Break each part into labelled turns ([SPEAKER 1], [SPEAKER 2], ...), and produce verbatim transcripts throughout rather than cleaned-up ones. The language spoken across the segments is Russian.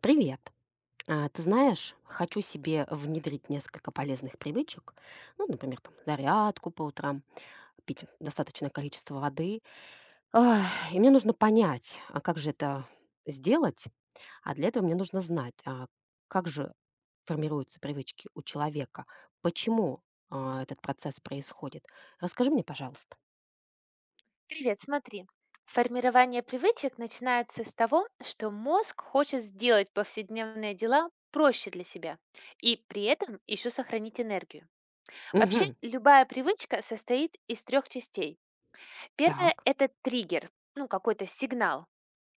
[SPEAKER 1] Привет. А, Ты знаешь, хочу себе внедрить несколько полезных привычек, ну, например, там, зарядку по утрам, пить достаточное количество воды. Ах, И мне нужно понять, а как же это сделать, а для этого мне нужно знать, а как же формируются привычки у человека, почему а, этот процесс происходит. Расскажи мне, пожалуйста.
[SPEAKER 2] Привет, смотри. Формирование привычек начинается с того, что мозг хочет сделать повседневные дела проще для себя и при этом еще сохранить энергию. Вообще,
[SPEAKER 1] Угу.
[SPEAKER 2] любая привычка состоит из трех частей. Первая–
[SPEAKER 1] Так.
[SPEAKER 2] это триггер, ну какой-то сигнал.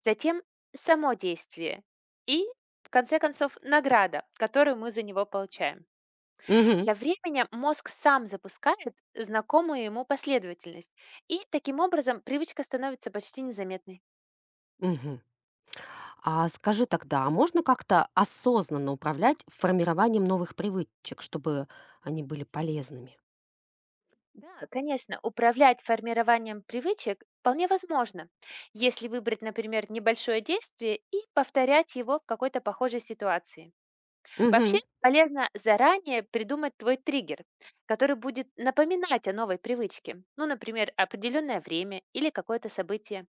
[SPEAKER 2] Затем само действие. И, в конце концов, награда, которую мы за него получаем.
[SPEAKER 1] Угу.
[SPEAKER 2] Со временем мозг сам запускает знакомую ему последовательность, и таким образом привычка становится почти незаметной.
[SPEAKER 1] А скажи тогда, а можно как-то осознанно управлять формированием новых привычек, чтобы они были полезными?
[SPEAKER 2] Да, конечно, управлять формированием привычек вполне возможно, если выбрать, например, небольшое действие и повторять его в какой-то похожей ситуации. Вообще
[SPEAKER 1] Угу,
[SPEAKER 2] полезно заранее придумать твой триггер, который будет напоминать о новой привычке, ну, например, определенное время или какое-то событие.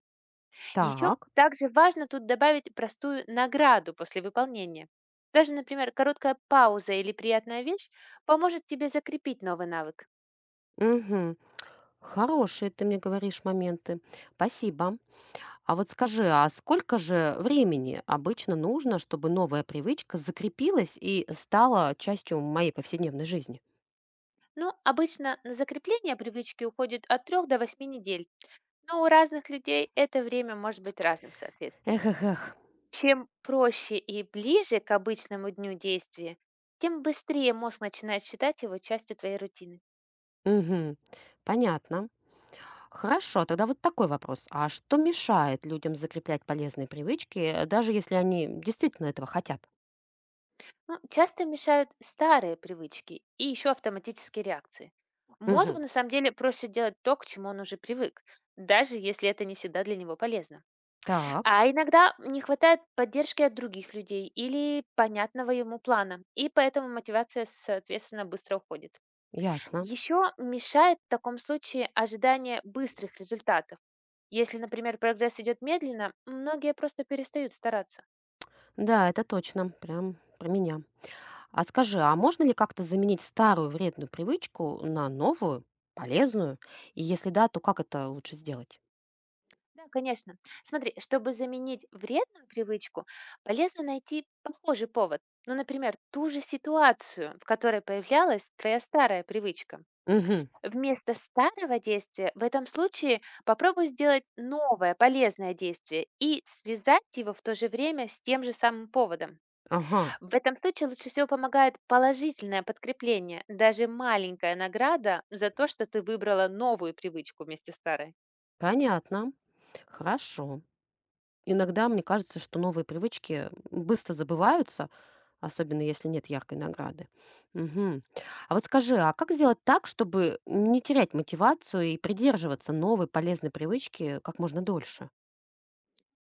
[SPEAKER 2] Еще
[SPEAKER 1] Так.
[SPEAKER 2] также важно тут добавить простую награду после выполнения. Даже, например, короткая пауза или приятная вещь поможет тебе закрепить новый навык.
[SPEAKER 1] Угу, Хорошие ты мне говоришь моменты. Спасибо. А вот скажи, а сколько же времени обычно нужно, чтобы новая привычка закрепилась и стала частью моей повседневной жизни?
[SPEAKER 2] Но обычно на закрепление привычки уходит от трёх до восьми недель, но у разных людей это время может быть разным,
[SPEAKER 1] Эх,
[SPEAKER 2] соответственно.
[SPEAKER 1] эх, эх.
[SPEAKER 2] Чем проще и ближе к обычному дню действия, тем быстрее мозг начинает считать его частью твоей рутины.
[SPEAKER 1] Угу, Понятно. Хорошо, тогда вот такой вопрос. А что мешает людям закреплять полезные привычки, э, даже если они действительно этого хотят?
[SPEAKER 2] Ну, часто мешают старые привычки и еще автоматические реакции.
[SPEAKER 1] Мгм.
[SPEAKER 2] Мозгу на самом деле проще делать то, к чему он уже привык, даже если это не всегда для него полезно.
[SPEAKER 1] Так,
[SPEAKER 2] А иногда не хватает поддержки от других людей или понятного ему плана, и поэтому мотивация, соответственно, быстро уходит.
[SPEAKER 1] ясно.
[SPEAKER 2] Еще мешает в таком случае ожидание быстрых результатов. Если, например, прогресс идет медленно, многие просто перестают стараться.
[SPEAKER 1] Да, это точно, прям про меня. А скажи, а можно ли как-то заменить старую вредную привычку на новую, полезную? И если да, то как это лучше сделать?
[SPEAKER 2] Да, конечно. Смотри, чтобы заменить вредную привычку, полезно найти похожий повод. Ну, например, ту же ситуацию, в которой появлялась твоя старая привычка.
[SPEAKER 1] Мгм.
[SPEAKER 2] Вместо старого действия в этом случае попробуй сделать новое полезное действие и связать его в то же время с тем же самым поводом.
[SPEAKER 1] Ага,
[SPEAKER 2] В этом случае лучше всего помогает положительное подкрепление, даже маленькая награда за то, что ты выбрала новую привычку вместе старой.
[SPEAKER 1] понятно. Хорошо. Иногда мне кажется, что новые привычки быстро забываются, особенно если нет яркой награды. Мгм. А вот скажи, а как сделать так, чтобы не терять мотивацию и придерживаться новой полезной привычки как можно дольше?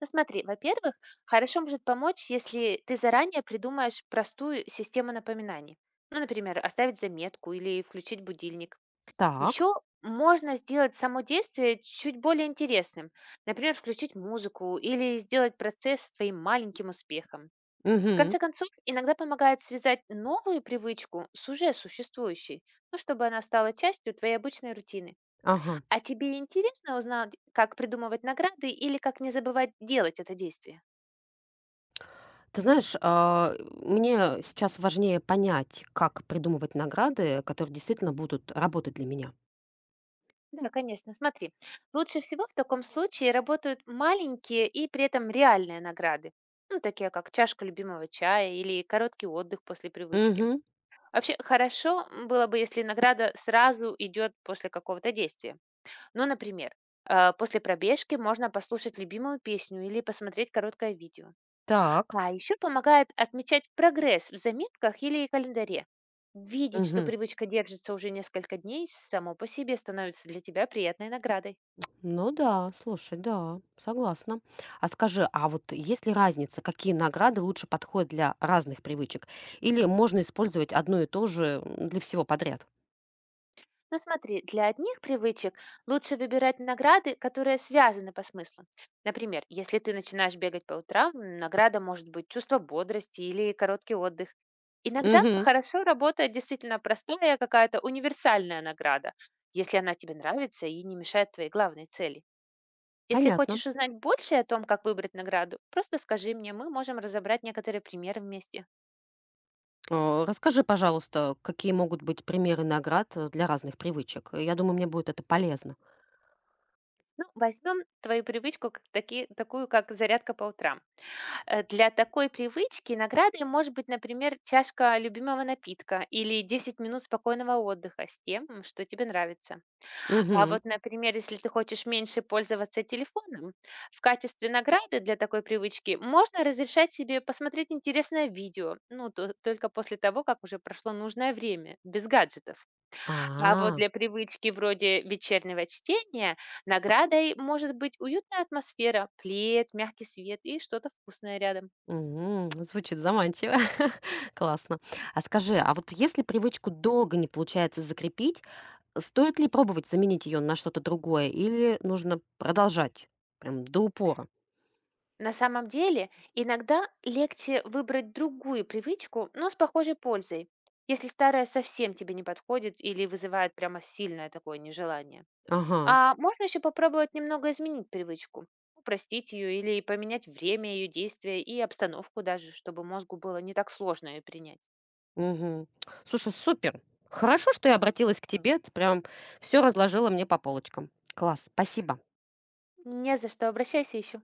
[SPEAKER 2] Ну смотри, во-первых, хорошо может помочь, если ты заранее придумаешь простую систему напоминаний. Ну, например, оставить заметку или включить будильник.
[SPEAKER 1] Так.
[SPEAKER 2] Еще можно сделать само действие чуть более интересным. Например, включить музыку или сделать процесс своим маленьким успехом. В
[SPEAKER 1] Мгм.
[SPEAKER 2] конце концов, иногда помогает связать новую привычку с уже существующей, ну, чтобы она стала частью твоей обычной рутины.
[SPEAKER 1] Ага.
[SPEAKER 2] А тебе интересно узнать, как придумывать награды или как не забывать делать это действие?
[SPEAKER 1] Ты знаешь, а, мне сейчас важнее понять, как придумывать награды, которые действительно будут работать для меня.
[SPEAKER 2] Да, конечно. Смотри, лучше всего в таком случае работают маленькие и при этом реальные награды. Ну, такие как чашка любимого чая или короткий отдых после привычки.
[SPEAKER 1] Угу.
[SPEAKER 2] Вообще, хорошо было бы, если награда сразу идет после какого-то действия. Ну, например, э, после пробежки можно послушать любимую песню или посмотреть короткое видео.
[SPEAKER 1] Так.
[SPEAKER 2] А еще помогает отмечать прогресс в заметках или календаре. Видеть, что
[SPEAKER 1] Мгм.
[SPEAKER 2] привычка держится уже несколько дней, само по себе становится для тебя приятной наградой.
[SPEAKER 1] Ну да, слушай, да, согласна. А скажи, а вот есть ли разница, какие награды лучше подходят для разных привычек? Или можно использовать одно и то же м, для всего подряд?
[SPEAKER 2] Ну смотри, для одних привычек лучше выбирать награды, которые связаны по смыслу. Например, если ты начинаешь бегать по утрам, м, награда может быть чувство бодрости или короткий отдых. Иногда
[SPEAKER 1] Угу,
[SPEAKER 2] хорошо работает действительно простая какая-то универсальная награда, если она тебе нравится и не мешает твоей главной цели. Если
[SPEAKER 1] понятно.
[SPEAKER 2] хочешь узнать больше о том, как выбрать награду, просто скажи мне, мы можем разобрать некоторые примеры вместе.
[SPEAKER 1] Э, Расскажи, пожалуйста, какие могут быть примеры наград э, для разных привычек. Я думаю, мне будет это полезно.
[SPEAKER 2] Ну, возьмем твою привычку как таки- такую, как зарядка по утрам. Э, для такой привычки наградой может быть, например, чашка любимого напитка или десяти минут спокойного отдыха с тем, м, что тебе нравится. А
[SPEAKER 1] Угу.
[SPEAKER 2] вот, например, если ты хочешь меньше пользоваться телефоном, в качестве награды для такой привычки можно разрешать себе посмотреть интересное видео, ну, то- только после того, как уже прошло нужное время, без гаджетов. А вот
[SPEAKER 1] А,
[SPEAKER 2] для привычки вроде вечернего чтения наградой может быть уютная атмосфера, плед, мягкий свет и что-то вкусное рядом.
[SPEAKER 1] м, звучит заманчиво. Классно. А скажи, а вот если привычку долго не получается закрепить, Стоит ли пробовать заменить ее на что-то другое или нужно продолжать прям до упора?
[SPEAKER 2] На самом деле, иногда легче выбрать другую привычку, но с похожей пользой, если старая совсем тебе не подходит или вызывает прямо сильное такое нежелание.
[SPEAKER 1] Ага,
[SPEAKER 2] А можно еще попробовать немного изменить привычку, упростить ее или поменять время ее действия и обстановку даже, чтобы мозгу было не так сложно ее принять.
[SPEAKER 1] мгм. Слушай, супер! Хорошо, что я обратилась к тебе, ты прям все разложила мне по полочкам. Класс, спасибо.
[SPEAKER 2] Не за что, обращайся еще.